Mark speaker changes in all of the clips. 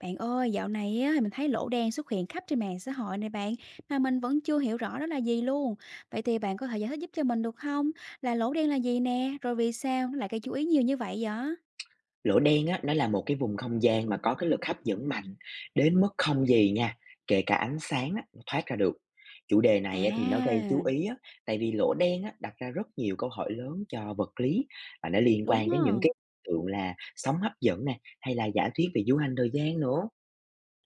Speaker 1: Bạn ơi, dạo này á, thì mình thấy lỗ đen xuất hiện khắp trên mạng xã hội này bạn, mà mình vẫn chưa hiểu rõ đó là gì luôn. Vậy thì bạn có thể giải thích giúp cho mình được không? Là lỗ đen là gì nè? Rồi vì sao nó lại gây chú ý nhiều như vậy vậy?
Speaker 2: Lỗ đen á, nó là một cái vùng không gian mà có cái lực hấp dẫn mạnh đến mức không gì nha, kể cả ánh sáng á, nó thoát ra được. Chủ đề này á, thì nó gây chú
Speaker 1: À,
Speaker 2: ý á, tại vì lỗ đen á, đặt ra rất nhiều câu hỏi lớn cho vật lý và nó liên
Speaker 1: đúng
Speaker 2: quan
Speaker 1: á.
Speaker 2: đến những cái hiện tượng là sóng hấp dẫn nè hay là giả thuyết về du hành thời gian nữa.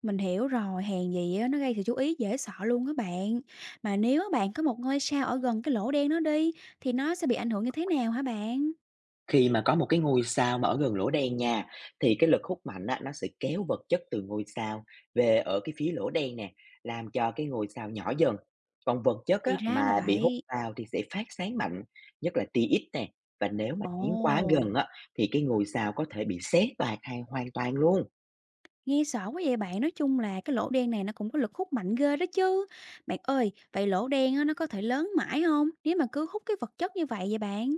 Speaker 1: Mình hiểu rồi, hèn gì á, nó gây sự chú ý dễ sợ luôn các bạn. Mà nếu á bạn có một ngôi sao ở gần cái lỗ đen đó đi, thì nó sẽ bị ảnh hưởng như thế nào hả bạn?
Speaker 2: Khi mà có một cái ngôi sao mà ở gần lỗ đen nha, thì cái lực hút mạnh á, nó sẽ kéo vật chất từ ngôi sao về ở cái phía lỗ đen nè, làm cho cái ngôi sao nhỏ dần. Còn vật chất
Speaker 1: Thì
Speaker 2: á,
Speaker 1: ra là
Speaker 2: mà bị hút
Speaker 1: vậy.
Speaker 2: vào thì sẽ phát sáng mạnh, nhất là tia X nè. Và nếu mà tiến quá
Speaker 1: Ồ.
Speaker 2: gần á, thì cái ngôi sao có thể bị xé toạc hay hoàn toàn luôn.
Speaker 1: Nghe sợ quá vậy bạn, nói chung là cái lỗ đen này nó cũng có lực hút mạnh ghê đó chứ. Bạn ơi, vậy lỗ đen á, nó có thể lớn mãi không? Nếu mà cứ hút cái vật chất như vậy vậy bạn.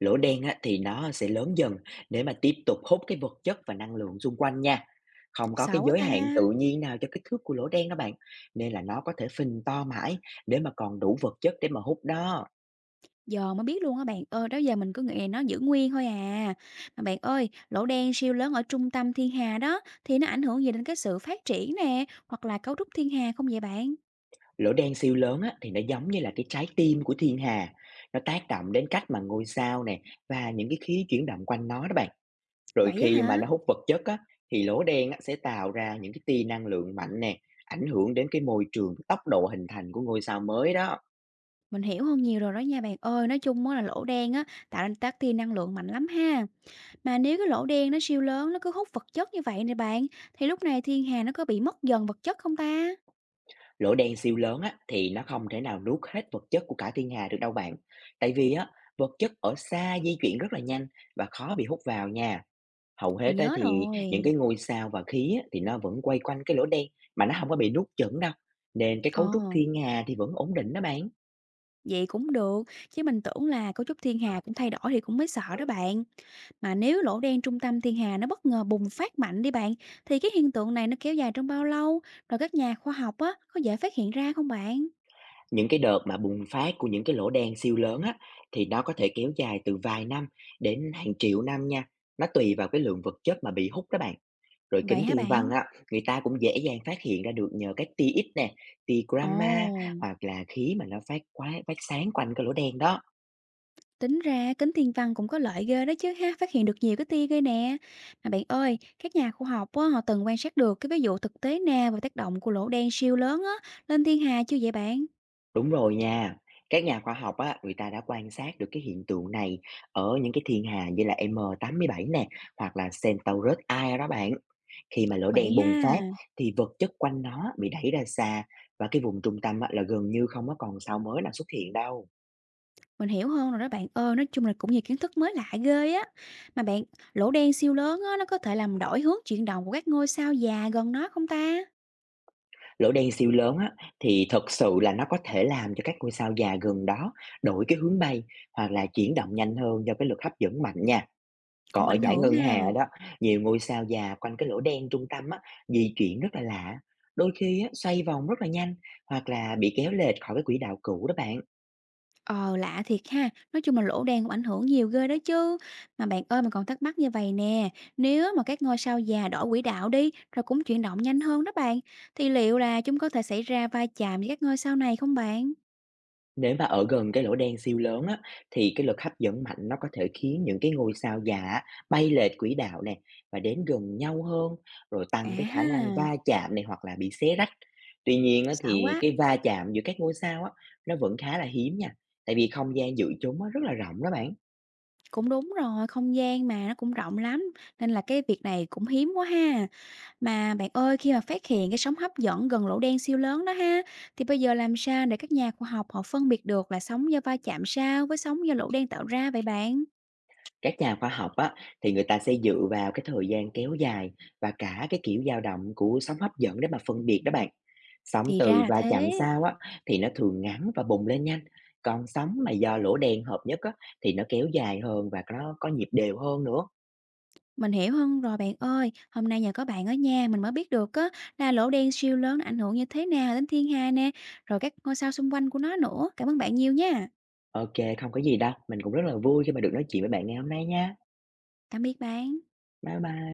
Speaker 2: Lỗ đen á, thì nó sẽ lớn dần để mà tiếp tục hút cái vật chất và năng lượng xung quanh nha. Không có
Speaker 1: Sợ
Speaker 2: cái
Speaker 1: quá
Speaker 2: giới
Speaker 1: ta.
Speaker 2: hạn tự nhiên nào cho kích thước của lỗ đen đó bạn, nên là nó có thể phình to mãi để mà còn đủ vật chất để mà hút đó.
Speaker 1: Giờ mới biết luôn á bạn ơi, đó giờ mình cứ nghĩ là nó giữ nguyên thôi à. Mà bạn ơi, lỗ đen siêu lớn ở trung tâm thiên hà đó thì nó ảnh hưởng gì đến cái sự phát triển nè, hoặc là cấu trúc thiên hà không vậy bạn?
Speaker 2: Lỗ đen siêu lớn á, thì nó giống như là cái trái tim của thiên hà, nó tác động đến cách mà ngôi sao nè và những cái khí chuyển động quanh nó đó bạn. Rồi
Speaker 1: Vậy á
Speaker 2: khi mà
Speaker 1: hả?
Speaker 2: nó hút vật chất á, thì lỗ đen á, sẽ tạo ra những cái tia năng lượng mạnh nè, ảnh hưởng đến cái môi trường, cái tốc độ hình thành của ngôi sao mới đó.
Speaker 1: Mình hiểu hơn nhiều rồi đó nha bạn ơi, nói chung á là lỗ đen á tạo nên tác tia năng lượng mạnh lắm ha. Mà nếu cái lỗ đen nó siêu lớn nó cứ hút vật chất như vậy nè bạn, thì lúc này thiên hà nó có bị mất dần vật chất không ta?
Speaker 2: Lỗ đen siêu lớn á, thì nó không thể nào nuốt hết vật chất của cả thiên hà được đâu bạn. Tại vì á, vật chất ở xa di chuyển rất là nhanh và khó bị hút vào nha. Hầu hết
Speaker 1: Mình
Speaker 2: á,
Speaker 1: nhớ
Speaker 2: thì
Speaker 1: rồi.
Speaker 2: những cái ngôi sao và khí á, thì nó vẫn quay quanh cái lỗ đen mà nó không có bị nuốt chửng đâu. Nên cái cấu trúc
Speaker 1: Ờ,
Speaker 2: thiên hà thì vẫn ổn định đó bạn.
Speaker 1: vậy cũng được, chứ mình tưởng là cấu trúc thiên hà cũng thay đổi thì cũng mới sợ đó bạn. Mà nếu lỗ đen trung tâm thiên hà nó bất ngờ bùng phát mạnh đi bạn, thì cái hiện tượng này nó kéo dài trong bao lâu? Rồi các nhà khoa học á, có dễ phát hiện ra không bạn?
Speaker 2: Những cái đợt mà bùng phát của những cái lỗ đen siêu lớn á, thì nó có thể kéo dài từ vài năm đến hàng triệu năm nha. Nó tùy vào cái lượng vật chất mà bị hút đó bạn. Rồi
Speaker 1: Vậy
Speaker 2: kính
Speaker 1: hả
Speaker 2: thiên văn
Speaker 1: bạn?
Speaker 2: á, người ta cũng dễ dàng phát hiện ra được nhờ các tia X nè, tia
Speaker 1: Ồ.
Speaker 2: gamma hoặc là khí mà nó phát sáng quanh cái lỗ đen đó.
Speaker 1: Tính ra kính thiên văn cũng có lợi ghê đó chứ ha, phát hiện được nhiều cái tia ghê nè. Mà bạn ơi, các nhà khoa học á, họ từng quan sát được cái ví dụ thực tế nè về tác động của lỗ đen siêu lớn á, lên thiên hà chưa vậy bạn?
Speaker 2: Đúng rồi nha. Các nhà khoa học á, người ta đã quan sát được cái hiện tượng này ở những cái thiên hà như là M7 nè hoặc là Centaurus A đó bạn. Khi mà lỗ đen
Speaker 1: Vậy
Speaker 2: bùng
Speaker 1: ha,
Speaker 2: phát thì vật chất quanh nó bị đẩy ra xa và cái vùng trung tâm á, là gần như không có còn sao mới nào xuất hiện đâu.
Speaker 1: mình hiểu hơn rồi đó bạn ơi, nói chung là cũng nhiều kiến thức mới lạ ghê á. Mà bạn, lỗ đen siêu lớn á, nó có thể làm đổi hướng chuyển động của các ngôi sao già gần nó không ta?
Speaker 2: Lỗ đen siêu lớn á, thì thật sự là nó có thể làm cho các ngôi sao già gần đó đổi cái hướng bay hoặc là chuyển động nhanh hơn do cái lực hấp dẫn mạnh nha. Còn
Speaker 1: Cũng
Speaker 2: ở
Speaker 1: ảnh
Speaker 2: dải
Speaker 1: hưởng
Speaker 2: ngân hà
Speaker 1: ha.
Speaker 2: đó, nhiều ngôi sao già quanh cái lỗ đen trung tâm á, di chuyển rất là lạ. Đôi khi á, xoay vòng rất là nhanh hoặc là bị kéo lệch khỏi cái quỹ đạo cũ đó bạn.
Speaker 1: Ờ, lạ thiệt ha, nói chung là lỗ đen cũng ảnh hưởng nhiều ghê đó chứ. Mà bạn ơi, mà còn thắc mắc như vậy nè, nếu mà các ngôi sao già đổi quỹ đạo đi, rồi cũng chuyển động nhanh hơn đó bạn, thì liệu là chúng có thể xảy ra va chạm với các ngôi sao này không bạn?
Speaker 2: Nếu mà ở gần cái lỗ đen siêu lớn á, thì cái lực hấp dẫn mạnh nó có thể khiến những cái ngôi sao già á, bay lệch quỹ đạo nè và đến gần nhau hơn, rồi
Speaker 1: À
Speaker 2: tăng cái khả năng
Speaker 1: ha,
Speaker 2: va chạm này hoặc là bị xé rách. Tuy nhiên á,
Speaker 1: sợ
Speaker 2: thì
Speaker 1: quá.
Speaker 2: cái va chạm giữa các ngôi sao á, nó vẫn khá là hiếm nha, tại vì không gian giữa chúng á, rất là rộng đó bạn.
Speaker 1: Cũng đúng rồi, không gian mà nó cũng rộng lắm, nên là cái việc này cũng hiếm quá ha. Mà bạn ơi, khi mà phát hiện cái sóng hấp dẫn gần lỗ đen siêu lớn đó ha, thì bây giờ làm sao để các nhà khoa học họ phân biệt được là sóng do va chạm sao với sóng do lỗ đen tạo ra vậy bạn?
Speaker 2: Các nhà khoa học á, thì người ta sẽ dựa vào cái thời gian kéo dài và cả cái kiểu dao động của sóng hấp dẫn để mà phân biệt đó bạn. Sóng
Speaker 1: Thì ra
Speaker 2: từ
Speaker 1: là
Speaker 2: và chạm
Speaker 1: thế.
Speaker 2: sao á, thì nó thường ngắn và bùng lên nhanh. Còn sóng mà do lỗ đen hợp nhất á, thì nó kéo dài hơn và nó có nhịp đều hơn nữa.
Speaker 1: Mình hiểu hơn rồi bạn ơi, hôm nay nhờ có bạn ở nhà mình mới biết được á là lỗ đen siêu lớn nó ảnh hưởng như thế nào đến thiên hà nè, rồi các ngôi sao xung quanh của nó nữa. Cảm ơn bạn nhiều nha.
Speaker 2: Ok, không có gì đâu. Mình cũng rất là vui khi mà được nói chuyện với bạn ngày hôm nay nha.
Speaker 1: Tạm biệt bạn.
Speaker 2: Bye bye.